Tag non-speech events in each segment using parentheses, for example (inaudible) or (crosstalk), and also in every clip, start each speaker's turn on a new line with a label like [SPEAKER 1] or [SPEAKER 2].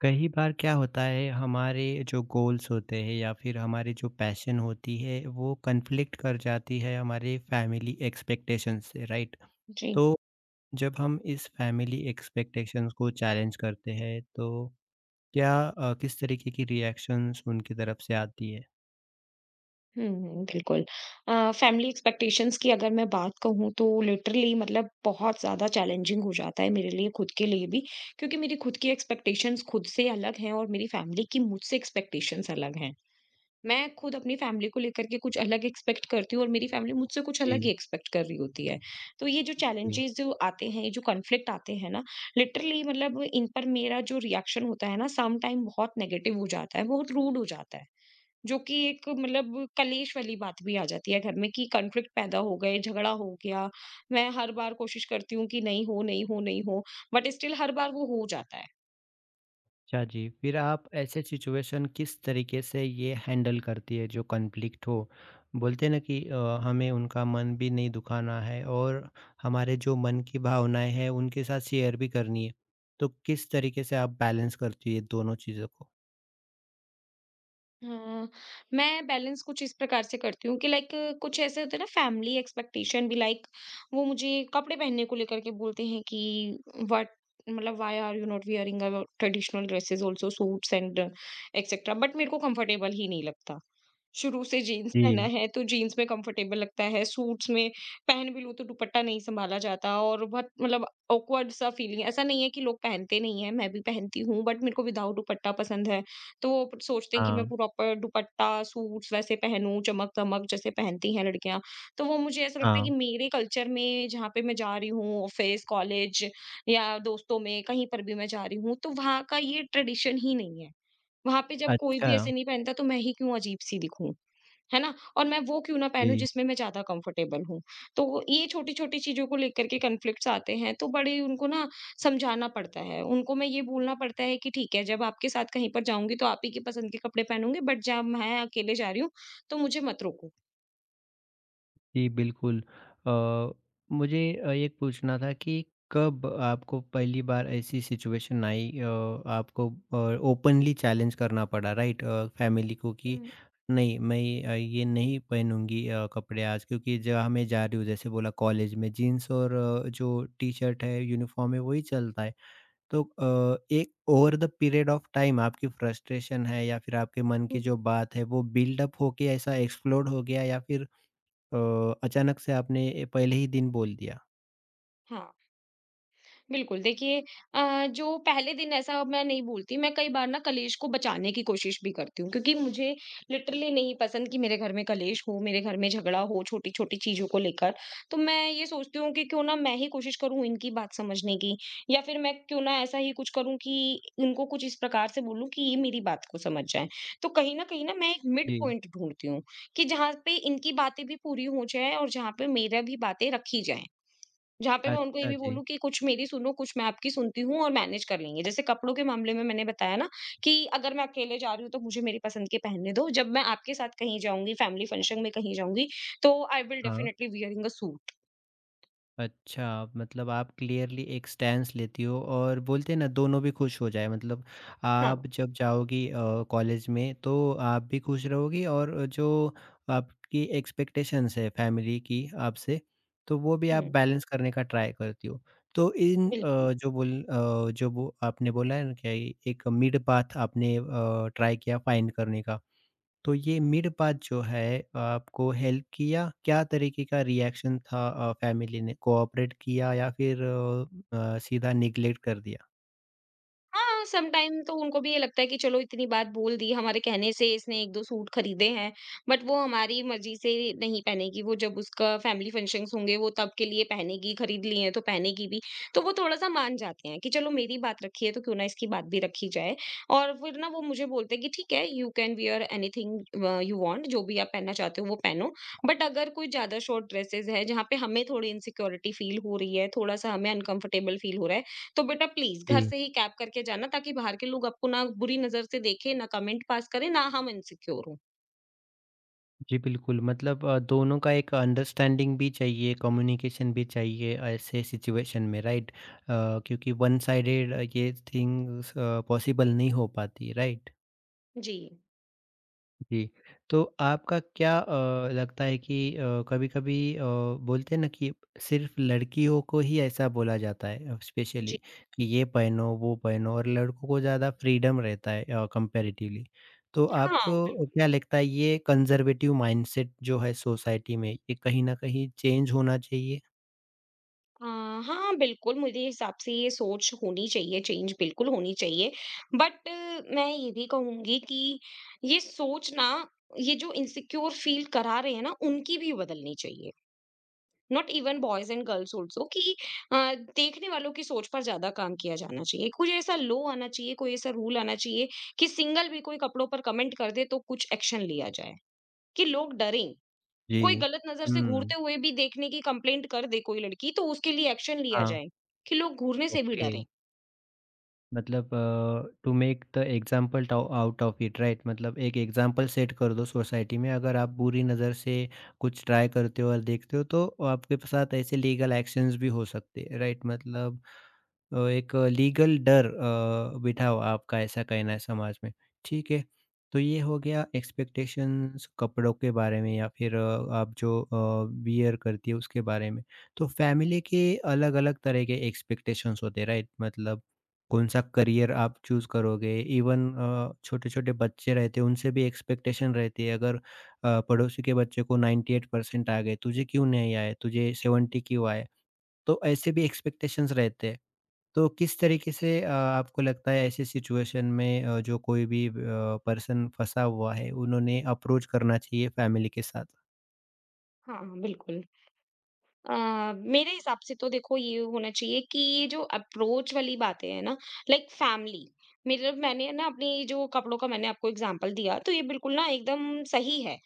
[SPEAKER 1] कई बार क्या होता है हमारे जो गोल्स होते हैं या फिर हमारी जो पैशन होती है, वो कन्फ्लिक्ट कर जाती है हमारे फैमिली एक्सपेक्टेशंस से, राइट?
[SPEAKER 2] जी।
[SPEAKER 1] तो जब हम इस फैमिली एक्सपेक्टेशंस को चैलेंज करते हैं, तो क्या किस तरीके की रिएक्शंस उनकी तरफ से आती है?
[SPEAKER 2] हुँ, हुँ, बिल्कुल। फैमिली एक्सपेक्टेशंस की अगर मैं बात कहूँ तो लिटरली मतलब बहुत ज़्यादा चैलेंजिंग हो जाता है मेरे लिए, खुद के लिए भी, क्योंकि मेरी खुद की एक्सपेक्टेशंस खुद से अलग हैं और मेरी फैमिली की मुझसे एक्सपेक्टेशंस अलग हैं। मैं खुद अपनी फैमिली को लेकर के कुछ अलग एक्सपेक्ट करती हूँ और मेरी फैमिली मुझसे कुछ अलग ही
[SPEAKER 1] जी,
[SPEAKER 2] एक्सपेक्ट कर रही होती है। तो ये जो
[SPEAKER 1] जी।
[SPEAKER 2] चैलेंजेज़ जो आते हैं, ये जो कॉन्फ्लिक्ट आते हैं ना, लिटरली मतलब इन पर मेरा जो रिएक्शन होता है ना सम टाइम बहुत नेगेटिव हो जाता है, बहुत रूड हो जाता है। जो कि एक मतलब कलेश वाली बात भी आ जाती है घर में कि कॉन्फ्लिक्ट पैदा हो गए, झगड़ा हो गया। मैं हर बार कोशिश करती हूँ कि नहीं हो, नहीं हो, नहीं हो, बट स्टिल हर बार वो हो जाता है।
[SPEAKER 1] अच्छा जी, फिर आप ऐसे सिचुएशन किस तरीके से ये हैंडल करती है जो कॉन्फ्लिक्ट हो? बोलते हैं ना कि हमें उनका मन भी नहीं दुखाना है और हमारे जो मन की भावनाएँ हैं उनके साथ शेयर भी करनी है। तो किस तरीके से आप बैलेंस करती है दोनों चीज़ों को?
[SPEAKER 2] अ, मैं बैलेंस कुछ इस प्रकार से करती हूँ कि लाइक कुछ ऐसे होते हैं ना फैमिली एक्सपेक्टेशन भी, लाइक वो मुझे कपड़े पहनने को लेकर के बोलते हैं कि व्हाट मतलब why are you not wearing a traditional dresses also suits and etcetera, but मेरे को कंफर्टेबल ही नहीं लगता। शुरू से जीन्स पहना
[SPEAKER 1] जी,
[SPEAKER 2] है तो जीन्स में कंफर्टेबल लगता है, सूट्स में पहन भी लूँ तो दुपट्टा नहीं सँभाला जाता और बहुत मतलब ऑकवर्ड सा फीलिंग। ऐसा नहीं है कि लोग पहनते नहीं हैं, मैं भी पहनती हूँ, बट मेरे को विदाउट दुपट्टा पसंद है। तो वो सोचते हैं कि मैं
[SPEAKER 1] हाँ,
[SPEAKER 2] प्रॉपर दुपट्टा, सूट्स वैसे पहनूँ, चमक-दमक जैसे पहनती हैं लड़कियाँ। तो वो, मुझे ऐसा लगता है कि
[SPEAKER 1] हाँ।
[SPEAKER 2] मेरे कल्चर में जहाँ पे मैं जा रही हूँ, ऑफ़िस, कॉलेज या दोस्तों में कहीं पर भी मैं जा रही हूँ, तो वहाँ का ये ट्रेडिशन ही नहीं है। वहाँ पे जब कोई भी
[SPEAKER 1] अच्छा,
[SPEAKER 2] ऐसे नहीं पहनता तो मैं ही क्यों अजीब-सी दिखूँ? है ना? और मैं वो क्यों ना पहनूँ
[SPEAKER 1] जी।
[SPEAKER 2] जिसमें मैं ज़्यादा कंफर्टेबल हूँ। तो ये छोटी-छोटी चीज़ों को लेकर के कॉन्फ्लिक्ट्स आते हैं, तो बड़े उनको ना समझाना पड़ता है। उनको मैं ये बोलना पड़ता है कि ठीक है, जब आपके साथ कहीं पर जाऊँगी तो आप ही की पसंद के कपड़े पहनूँगी, बट जब मैं अकेले जा रही हूँ, तो मुझे मत रोको।
[SPEAKER 1] जी, बिल्कुल। अ, मुझे ये पूछना था कि कब आपको पहली बार ऐसी सिचुएशन आई, आपको ओपनली चैलेंज करना पड़ा, राइट, फैमिली को कि
[SPEAKER 2] हुँ,
[SPEAKER 1] नहीं मैं ये नहीं पहनूँगी कपड़े आज, क्योंकि जहाँ मैं जा रही हूँ जैसे बोला कॉलेज में जीन्स और जो टी-शर्ट है, यूनिफ़ॉर्म है वही चलता है। तो एक over the period of time आपकी फ्रस्ट्रेशन है या फिर आपके मन
[SPEAKER 2] हुँ।
[SPEAKER 1] की जो बात है वो बिल्डअप होके ऐसा एक्सप्लोड हो गया, या फिर अ, अचानक से आपने पहले ही दिन बोल दिया?
[SPEAKER 2] हाँ। बिल्कुल, देखिए। जो पहले दिन ऐसा मैं नहीं बोलती, मैं कई बार ना कलेश को बचाने की कोशिश भी करती हूँ, क्योंकि मुझे लिटरली नहीं पसंद कि मेरे घर में कलेश हो, मेरे घर में झगड़ा हो छोटी-छोटी चीज़ों को लेकर। तो मैं ये सोचती हूँ कि क्यों ना मैं ही कोशिश करूँ इनकी बात समझने की, या फिर मैं क्यों ना ऐसा ही कुछ करूँ कि इनको कुछ इस प्रकार से बोलूँ कि ये मेरी बात को समझ जाएँ। तो कहीं न कहीं ना मैं एक मिड
[SPEAKER 1] जी।
[SPEAKER 2] पॉइंट ढूँढती हूँ, कि जहाँ पे इनकी बातें भी पूरी हो जाएँ और जहाँ पे मेरा भी बातें रखी जाएँ। जहाँ पे मैं उनको ये
[SPEAKER 1] अच्छा
[SPEAKER 2] भी
[SPEAKER 1] जी।
[SPEAKER 2] बोलूँ कि कुछ मेरी सुनो, कुछ मैं आपकी सुनती हूँ और मैनेज कर लेंगे। जैसे कपड़ों के मामले में मैंने बताया ना, कि अगर मैं अकेले जा रही हूँ, तो मुझे मेरी पसंद के पहनने दो। जब मैं आपके साथ कहीं जाऊँगी, फैमिली फंक्शन में कहीं जाऊँगी, तो आई विल
[SPEAKER 1] हाँ।
[SPEAKER 2] Definitely wearing a suit.
[SPEAKER 1] अच्छा, मतलब आप क्लियरली एक स्टैंस लेती हो और बोलते हैं ना दोनों भी खुश हो जाए, मतलब
[SPEAKER 2] हाँ।
[SPEAKER 1] आप जब जाओगी कॉलेज में तो आप भी खुश रहोगी, और जो आपकी एक्सपेक्टेशंस है फैमिली की आपसे, तो वो भी आप
[SPEAKER 2] हुँ,
[SPEAKER 1] बैलेंस करने का ट्राई करती हो। तो इन,
[SPEAKER 2] बिल्कुल।
[SPEAKER 1] जो वो आपने बोला है ना, क्या ये एक मिड पाथ आपने ट्राई किया फाइंड करने का। तो ये मिड-पाथ जो है आपको हेल्प किया? क्या तरीके का रिएक्शन था फैमिली ने? कोऑपरेट किया या फिर सीधा नेग्लेक्ट कर दिया?
[SPEAKER 2] हाँ, समटाइम तो उनको भी ये लगता है कि चलो इतनी बात बोल दी, हमारे कहने से इसने 1-2 सूट खरीदे हैं, बट वो हमारी मर्ज़ी से नहीं पहनेगी, वो जब उसका फैमिली फंक्शंस होंगे वो तब के लिए पहनेगी, खरीद लिए हैं तो पहनेगी भी। तो वो थोड़ा-सा मान जाते हैं कि चलो मेरी बात रखी है तो क्यों ना इसकी बात भी रखी जाए, और फिर ना वो मुझे बोलते हैं कि ठीक है, you can wear anything you want, जो भी आप पहनना चाहते हो वो पहनो। बट अगर कोई ज़्यादा शॉर्ट ड्रेसेज़ है जहाँ पे हमें थोड़ी इनसिक्योरिटी फ़ील हो रही है, थोड़ा-सा हमें अनकम्फर्टेबल फ़ील हो रहा है, तो बेटा प्लीज घर
[SPEAKER 1] जी।
[SPEAKER 2] से ही कैब करके जाना, ताकि बाहर के लोग आपको ना बुरी नजर से देखें, ना कमेंट पास करें, ना हम इनसिक्योर हों।
[SPEAKER 1] जी, बिल्कुल, मतलब दोनों का एक अंडरस्टैंडिंग भी चाहिए, कम्युनिकेशन भी चाहिए ऐसे सिचुएशन में, राइट? क्योंकि वन साइडेड ये थिंग्स पॉसिबल नहीं हो पाती, राइट?
[SPEAKER 2] जी,
[SPEAKER 1] जी, तो आपका क्या लगता है कि कभी-कभी, बोलते हैं ना कि सिर्फ लड़कियों को ही ऐसा बोला जाता है स्पेशली
[SPEAKER 2] जी।
[SPEAKER 1] कि ये पहनो, वो पहनो, और लड़कों को ज़्यादा फ्रीडम रहता है कंपैरेटिवली। तो
[SPEAKER 2] हाँ, बिल्कुल।
[SPEAKER 1] आपको क्या लगता है ये कंजर्वेटिव माइंडसेट जो है सोसाइटी में, ये कहीं न कहीं चेंज होना चाहिए?
[SPEAKER 2] अ, हाँ, बिल्कुल, मेरे हिसाब से ये सोच होनी चाहिए, चेंज बिल्कुल होनी चाहिए। बट मैं ये भी कहूँगी कि ये सोच ना, ये जो इनसिक्योर फील करा रहे हैं ना, उनकी भी बदलनी चाहिए। Not even boys and girls also, कि देखने वालों की सोच पर ज्यादा काम किया जाना चाहिए। कुछ ऐसा लो आना चाहिए, कोई ऐसा रूल आना चाहिए कि सिंगल भी कोई कपड़ों पर कमेंट कर दे तो कुछ एक्शन लिया जाए, कि लोग डरें।
[SPEAKER 1] जी।
[SPEAKER 2] कोई गलत नजर से घूरते
[SPEAKER 1] हुँ,
[SPEAKER 2] हुए भी देखने की कंप्लेंट कर दे कोई लड़की, तो उसके लिए एक्शन लिया
[SPEAKER 1] हाँ,
[SPEAKER 2] जाए, कि लोग घूरने से भी
[SPEAKER 1] ओके।
[SPEAKER 2] डरें।
[SPEAKER 1] मतलब to make the example out of it, right, मतलब एक एग्जाम्पल सेट कर दो सोसाइटी में अगर आप बुरी नज़र से कुछ ट्राई करते हो और देखते हो, तो आपके साथ ऐसे लीगल एक्शंस भी हो सकते हैं, राइट, मतलब एक लीगल डर बिठा हुआ, आपका ऐसा कहना है समाज में। ठीक है, तो ये हो गया एक्सपेक्टेशंस कपड़ों के बारे में या फिर आप जो वियर करती है उसके बारे में। तो फैमिली के अलग अलग तरह के एक्सपेक्टेशंस होते हैं, राइट, मतलब कौन-सा करियर आप चूज़ करोगे? इवन छोटे-छोटे बच्चे रहते हैं, उनसे भी एक्सपेक्टेशन रहती है, अगर पड़ोसी के बच्चे को 98% आ गए, तुझे क्यों नहीं आए? तुझे 70 क्यों आए? तो ऐसे भी एक्सपेक्टेशंस रहते हैं। तो किस तरीके से आपको लगता है ऐसी सिचुएशन में जो कोई भी पर्सन फँसा हुआ है, उन्होंने अप्रोच करना चाहिए फैमिली के साथ?
[SPEAKER 2] हाँ, बिल्कुल। अ, मेरे हिसाब से तो देखो ये होना चाहिए, कि ये जो अप्रोच वाली बातें हैं ना, लाइक फैमिली, मेरे मैंने ना अपनी जो कपड़ों का मैंने आपको एग्जांपल दिया, तो ये बिल्कुल ना एकदम सही है,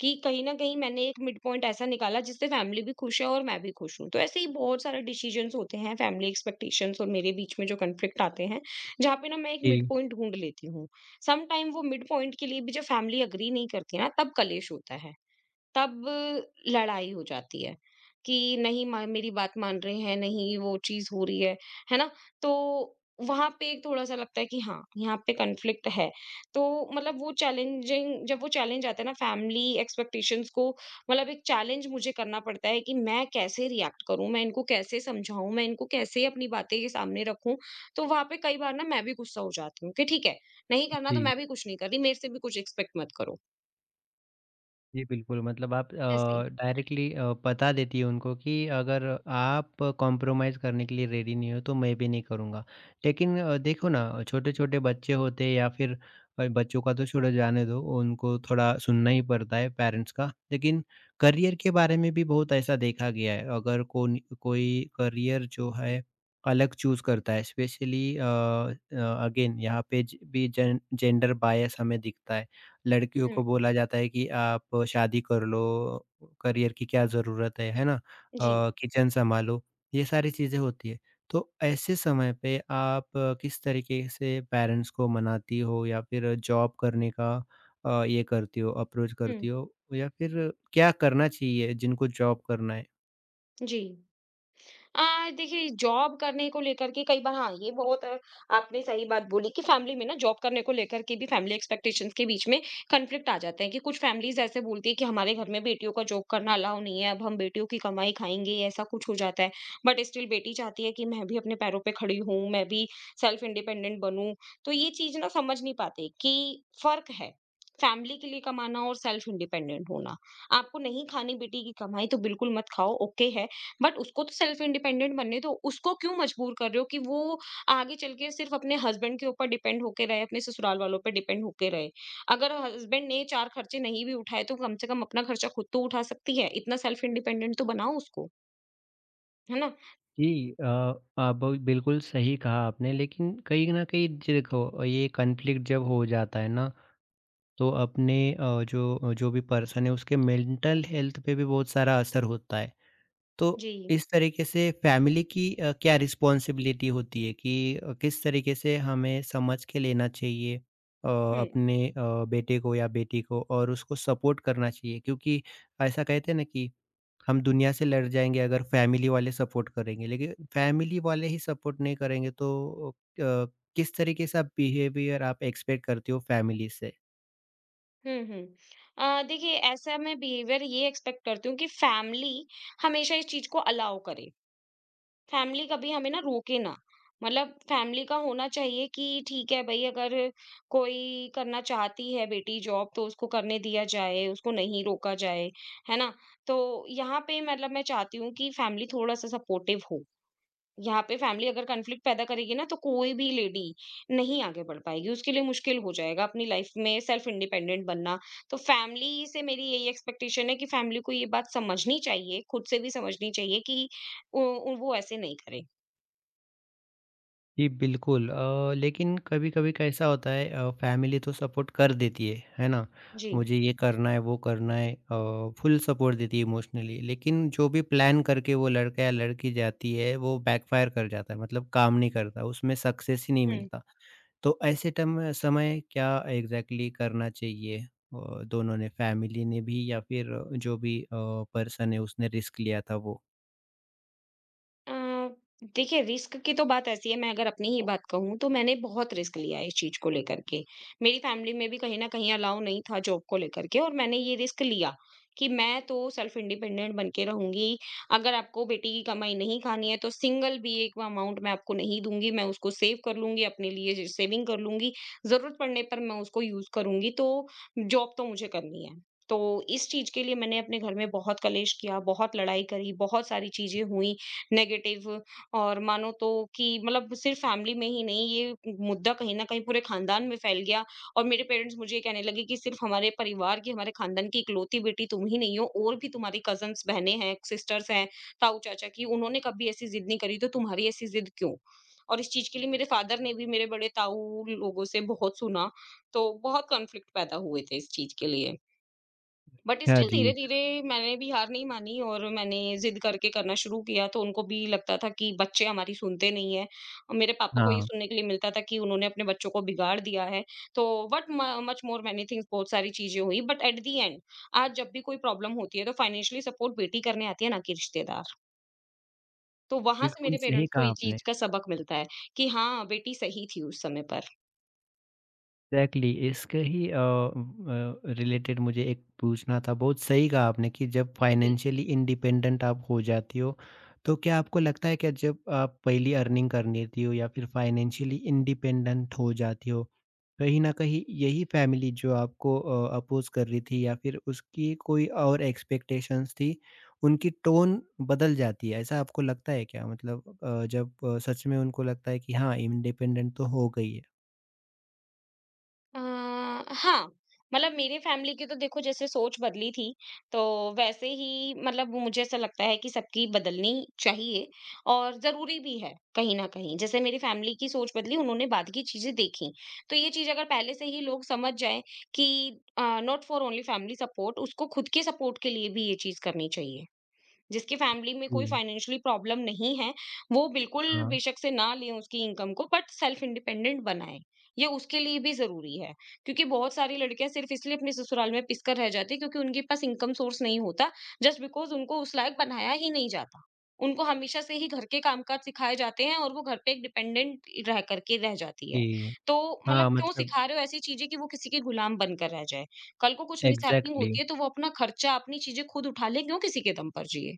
[SPEAKER 2] कि कहीं ना कहीं मैंने एक मिड पॉइंट ऐसा निकाला जिससे फैमिली भी खुश है और मैं भी खुश हूँ। तो ऐसे ही बहुत सारे डिसीजंस होते हैं, फैमिली एक्सपेक्टेशंस और मेरे बीच में जो कन्फ्लिक्ट आते हैं, जहाँ पे ना मैं एक मिड
[SPEAKER 1] जी,
[SPEAKER 2] पॉइंट ढूंढ लेती हूँ। सम टाइम वो मिड पॉइंट के लिए भी जब फैमिली अग्री नहीं करती ना, तब कलेश होता है, तब लड़ाई हो जाती है कि नहीं, मेरी बात मान रहे हैं, नहीं वो चीज हो रही है ना? तो वहां पे थोड़ा सा लगता है कि हाँ, यहाँ पे कॉन्फ्लिक्ट है। तो मतलब वो चैलेंजिंग जब वो चैलेंज आता है ना फैमिली एक्सपेक्टेशंस को, मतलब एक चैलेंज मुझे करना पड़ता है कि मैं कैसे रिएक्ट करूं, मैं इनको कैसे समझाऊं, मैं इनको कैसे अपनी बातें के सामने रखूं। तो वहां पे कई बार ना मैं भी गुस्सा हो जाती हूँ, कि ठीक है, नहीं करना तो
[SPEAKER 1] जी।
[SPEAKER 2] मैं भी कुछ नहीं कर रही, मेरे से भी कुछ एक्सपेक्ट मत करो।
[SPEAKER 1] जी, बिल्कुल, मतलब आप
[SPEAKER 2] ऐसे ही।
[SPEAKER 1] डायरेक्टली बता देती है उनको कि अगर आप कॉम्प्रोमाइज़ करने के लिए रेडी नहीं हो तो मैं भी नहीं करूँगा। लेकिन देखो ना, छोटे-छोटे बच्चे होते हैं या फिर बच्चों का तो छोड़ो जाने दो, उनको थोड़ा सुनना ही पड़ता है पेरेंट्स का। लेकिन करियर के बारे में भी बहुत ऐसा देखा गया है, अगर कोन कोई करियर जो है अलग चूज़ करता है स्पेशली, अगेन यहाँ पे ज भी जेन जेंडर बायस हमें दिखता है। लड़कियों
[SPEAKER 2] हम्म,
[SPEAKER 1] को बोला जाता है कि आप शादी कर लो, करियर की क्या ज़रूरत है ना?
[SPEAKER 2] जी।
[SPEAKER 1] किचन सँभालो, ये सारी चीज़ें होती हैं। तो ऐसे समय पे आप किस तरीके से पेरेंट्स को मनाती हो या फिर जॉब करने का ये करती हो, अप्रोच करती हो? या फिर क्या करना चाहिए जिनको जॉब करना है?
[SPEAKER 2] जी। अ, देखिए, जॉब करने को लेकर के कई बार, हाँ, ये बहुत, आपने सही बात बोली कि फैमिली में ना जॉब करने को लेकर के भी फैमिली एक्सपेक्टेशंस के बीच में कॉन्फ्लिक्ट आ जाते हैं, कि कुछ फैमिलीज़ ऐसे बोलती है कि हमारे घर में बेटियों का जॉब करना अलाउ नहीं है, अब हम बेटियों की कमाई खाएँगे, ऐसा कुछ हो जाता है। बट स्टिल बेटी चाहती है कि मैं भी अपने पैरों पे खड़ी हूँ, मैं भी सेल्फ इंडिपेंडेंट बनूँ। तो ये चीज़ ना समझ नहीं पाते कि फ़र्क है, फैमिली के लिए कमाना और सेल्फ इंडिपेंडेंट होना। आपको नहीं खानी बेटी की कमाई तो बिल्कुल मत खाओ, ओके है। बट उसको तो सेल्फ इंडिपेंडेंट बनने दो। उसको क्यों मजबूर कर रहे हो कि वो आगे चल के सिर्फ अपने हस्बैंड के ऊपर डिपेंड होके रहे, अपने ससुराल वालों पे डिपेंड होके रहे। अगर हस्बैंड ने 4 खर्चे नहीं भी उठाए तो कम से कम अपना खर्चा खुद तो उठा सकती है। इतना सेल्फ इंडिपेंडेंट तो बनाओ उसको, है ना?
[SPEAKER 1] जी, अ, आप बहुत बिल्कुल सही कहा आपने, लेकिन कहीं न कहीं देखो ये कॉन्फ्लिक्ट जब हो जाता है ना, तो अपने जो जो भी पर्सन है उसके मेंटल हेल्थ पे भी बहुत सारा असर होता है। तो
[SPEAKER 2] जी।
[SPEAKER 1] इस तरीके से फैमिली की क्या रिस्पॉन्सिबिलिटी होती है कि किस तरीके से हमें समझ के लेना चाहिए
[SPEAKER 2] हुँ।
[SPEAKER 1] अपने बेटे को या बेटी को और उसको सपोर्ट करना चाहिए? क्योंकि ऐसा कहते हैं ना कि हम दुनिया से लड़ जाएँगे अगर फैमिली वाले सपोर्ट करेंगे, लेकिन फैमिली वाले ही सपोर्ट नहीं करेंगे तो किस तरीके से आप बिहेवियर आप एक्सपेक्ट करते हो फैमिली से?
[SPEAKER 2] हुँ, हुँ। देखिए, ऐसा मैं बिहेवियर ये एक्सपेक्ट करती हूँ कि फैमिली हमेशा इस चीज़ को अलाउ करे। फैमिली कभी हमें ना रोके ना, मतलब फैमिली का होना चाहिए कि ठीक है भाई, अगर कोई करना चाहती है बेटी जॉब तो उसको करने दिया जाए, उसको नहीं रोका जाए, है ना? तो यहाँ पे मतलब मैं चाहती हूँ कि फैमिली थोड़ा सा सपोर्टिव हो। यहाँ पे फैमिली अगर कन्फ्लिक्ट पैदा करेगी ना, तो कोई भी लेडी नहीं आगे बढ़ पाएगी, उसके लिए मुश्किल हो जाएगा अपनी लाइफ में सेल्फ इंडिपेंडेंट बनना। तो फैमिली से मेरी यही एक्सपेक्टेशन है कि फैमिली को ये बात समझनी चाहिए, खुद से भी समझनी चाहिए कि वो ऐसे नहीं करे।
[SPEAKER 1] जी, बिल्कुल, लेकिन कभी-कभी कैसा होता है, फैमिली तो सपोर्ट कर देती है ना?
[SPEAKER 2] जी।
[SPEAKER 1] मुझे ये करना है, वो करना है, फुल सपोर्ट देती है इमोशनली, लेकिन जो भी प्लान करके वो लड़का या लड़की जाती है, वो बैकफायर कर जाता है, मतलब काम नहीं करता, उसमें सक्सेस ही नहीं
[SPEAKER 2] हुँ।
[SPEAKER 1] मिलता। तो ऐसे टम समय क्या एग्ज़ैक्टली करना चाहिए, दोनों ने, फैमिली ने भी या फिर जो भी पर्सन है उसने रिस्क लिया था वो?
[SPEAKER 2] अ, देखिए, रिस्क की तो बात ऐसी है, मैं अगर अपनी ही बात कहूँ तो मैंने बहुत रिस्क लिया है इस चीज को लेकर के। मेरी फैमिली में भी कहीं ना कहीं अलाउ नहीं था जॉब को लेकर के, और मैंने ये रिस्क लिया कि मैं तो सेल्फ इंडिपेंडेंट बन के रहूंगी। अगर आपको बेटी की कमाई नहीं खानी है तो सिंगल भी एक अमाउंट मैं आपको नहीं दूंगी, मैं उसको सेव कर लूंगी, अपने लिए सेविंग कर लूंगी, जरूरत पड़ने पर मैं उसको यूज करूंगी। तो जॉब तो मुझे करनी है। तो इस चीज के लिए मैंने अपने घर में बहुत कलेश किया, बहुत लड़ाई करी, बहुत सारी चीजें हुई नेगेटिव। और मानो तो, कि मतलब सिर्फ फैमिली में ही नहीं, ये मुद्दा कहीं न कहीं पूरे खानदान में फैल गया। और मेरे पेरेंट्स मुझे ये कहने लगे कि सिर्फ हमारे परिवार की, हमारे खानदान की इकलौती बेटी तुम ही नहीं हो, और भी तुम्हारी कज़न्स बहनें हैं, सिस्टर्स हैं, ताऊ-चाचा की, उन्होंने कभी ऐसी ज़िद नहीं करी तो तुम्हारी ऐसी ज़िद क्यों? और इस चीज़ के लिए मेरे फादर ने भी मेरे बड़े ताऊ लोगों से बहुत सुना, तो बहुत कॉन्फ्लिक्ट पैदा हुए थे इस चीज़ के लिए। बट
[SPEAKER 1] अच्छा
[SPEAKER 2] स्टिल
[SPEAKER 1] जी।
[SPEAKER 2] धीरे-धीरे मैंने भी हार नहीं मानी और मैंने ज़िद करके करना शुरू किया, तो उनको भी लगता था कि बच्चे हमारी सुनते नहीं हैं। और मेरे पापा को ये
[SPEAKER 1] हाँ,
[SPEAKER 2] सुनने के लिए मिलता था कि उन्होंने अपने बच्चों को बिगाड़ दिया है। तो व्हाट, म मच मोर मैनी थिंग्स, बहुत सारी चीज़ें हुई, बट एट दी एंड आज जब भी कोई प्रॉब्लम होती है, तो फाइनेंशियली सपोर्ट बेटी करने आती है ना कि रिश्तेदार। तो वहाँ से
[SPEAKER 1] बिल्कुल
[SPEAKER 2] मेरे
[SPEAKER 1] सही
[SPEAKER 2] पेरेंट्स को
[SPEAKER 1] कहा
[SPEAKER 2] ये
[SPEAKER 1] आपने।
[SPEAKER 2] चीज़ का सबक मिलता है कि हाँ, बेटी सही थी उस समय पर।
[SPEAKER 1] एग्जैक्टली, इसके ही रिलेटेड मुझे एक पूछना था। बहुत सही कहा आपने कि जब
[SPEAKER 2] जी।
[SPEAKER 1] फाइनेंशियली इंडिपेंडेंट आप हो जाती हो, तो क्या आपको लगता है कि जब आप पहली अर्निंग कर लेती हो या फिर फाइनेंशियली इंडिपेंडेंट हो जाती हो, कहीं ना कहीं यही फैमिली जो आपको अपोज कर रही थी या फिर उसकी कोई और एक्सपेक्टेशंस थी, उनकी टोन बदल जाती है, ऐसा आपको लगता है क्या? मतलब जब सच में उनको लगता है कि हाँ इंडिपेंडेंट तो हो गई है।
[SPEAKER 2] हाँ, मतलब मेरे फैमिली की तो देखो जैसे सोच बदली थी, तो वैसे ही मतलब मुझे ऐसा लगता है कि सबकी बदलनी चाहिए और ज़रूरी भी है कहीं न कहीं। जैसे मेरी फैमिली की सोच बदली, उन्होंने बाद की चीज़ें देखी। तो ये चीज़ अगर पहले से ही लोग समझ जाएँ कि not for only family support, उसको खुद के सपोर्ट के लिए भी ये चीज़ करनी चाहिए। जिसकी फैमिली में कोई
[SPEAKER 1] जी,
[SPEAKER 2] फाइनेंशियली प्रॉब्लम नहीं है, वो बिल्कुल
[SPEAKER 1] हाँ,
[SPEAKER 2] बेशक से ना लें उसकी इनकम को, बट सेल्फ इंडिपेंडेंट बनाएँ। ये उसके लिए भी ज़रूरी है, क्योंकि बहुत सारी लड़कियाँ सिर्फ़ इसलिए अपने ससुराल में पिस कर रह जाती हैं क्योंकि उनके पास इनकम सोर्स नहीं होता, जस्ट बिकॉज़ उनको उस लायक बनाया ही नहीं जाता। उनको हमेशा से ही घर के कामकाज सिखाए जाते हैं और वो घर पे एक डिपेंडेंट रह कर के रह जाती है।
[SPEAKER 1] जी।
[SPEAKER 2] तो मतलब
[SPEAKER 1] हाँ,
[SPEAKER 2] क्यों
[SPEAKER 1] मतलब
[SPEAKER 2] सिखा रहे हो ऐसी चीज़ें कि वो किसी की गुलाम बनकर रह जाए? कल को कुछ मिसहैपनिंग
[SPEAKER 1] एग्ज़ैक्टली,
[SPEAKER 2] होती है तो वो अपना खर्चा, अपनी चीज़ें खुद उठा लें, क्यों किसी के दम पर जिए?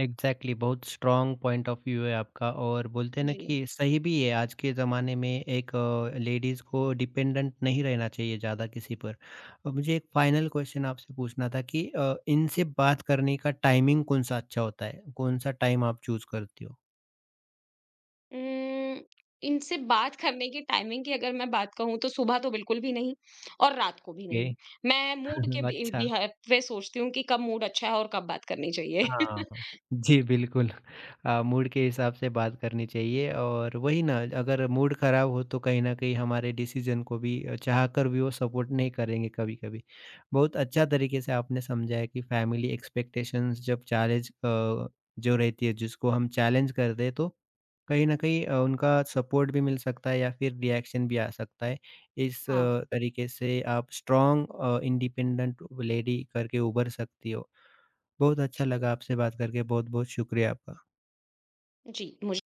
[SPEAKER 1] एग्ज़ैक्टली बहुत स्ट्रॉन्ग पॉइंट ऑफ व्यू है आपका, और बोलते हैं ना
[SPEAKER 2] जी।
[SPEAKER 1] कि सही भी है आज के ज़माने में एक लेडीज़ को डिपेंडेंट नहीं रहना चाहिए ज़्यादा किसी पर। मुझे एक फाइनल क्वेश्चन आपसे पूछना था कि इनसे बात करने का टाइमिंग कौन-सा अच्छा होता है? कौन-सा टाइम आप चूज़ करती हो?
[SPEAKER 2] उम, इनसे बात करने की टाइमिंग की अगर मैं बात कहूँ तो सुबह तो बिल्कुल भी नहीं और रात को भी
[SPEAKER 1] ओके,
[SPEAKER 2] नहीं। मैं मूड के
[SPEAKER 1] (laughs)
[SPEAKER 2] बि
[SPEAKER 1] अच्छा।
[SPEAKER 2] बिहा पे सोचती हूँ कि कब मूड अच्छा है और कब बात करनी चाहिए। (laughs)
[SPEAKER 1] हाँ। जी, बिल्कुल, मूड के हिसाब से बात करनी चाहिए, और वही ना अगर मूड ख़राब हो तो कहीं न कहीं हमारे डिसीज़न को भी चाहकर भी वो सपोर्ट नहीं करेंगे कभी-कभी। बहुत अच्छा तरीके से आपने समझाया कि फ़ैमिली एक्सपेक्टेशंस जब चैलेंज, जो रहती है जिसको हम चैलेंज कर दें, तो कहीं न कहीं उनका सपोर्ट भी मिल सकता है या फिर रिएक्शन भी आ सकता है। इस
[SPEAKER 2] हाँ,
[SPEAKER 1] तरीके से आप स्ट्रॉन्ग इंडिपेंडेंट लेडी करके उभर सकती हो। बहुत अच्छा लगा आपसे बात करके, बहुत-बहुत शुक्रिया आपका।
[SPEAKER 2] जी, मुझे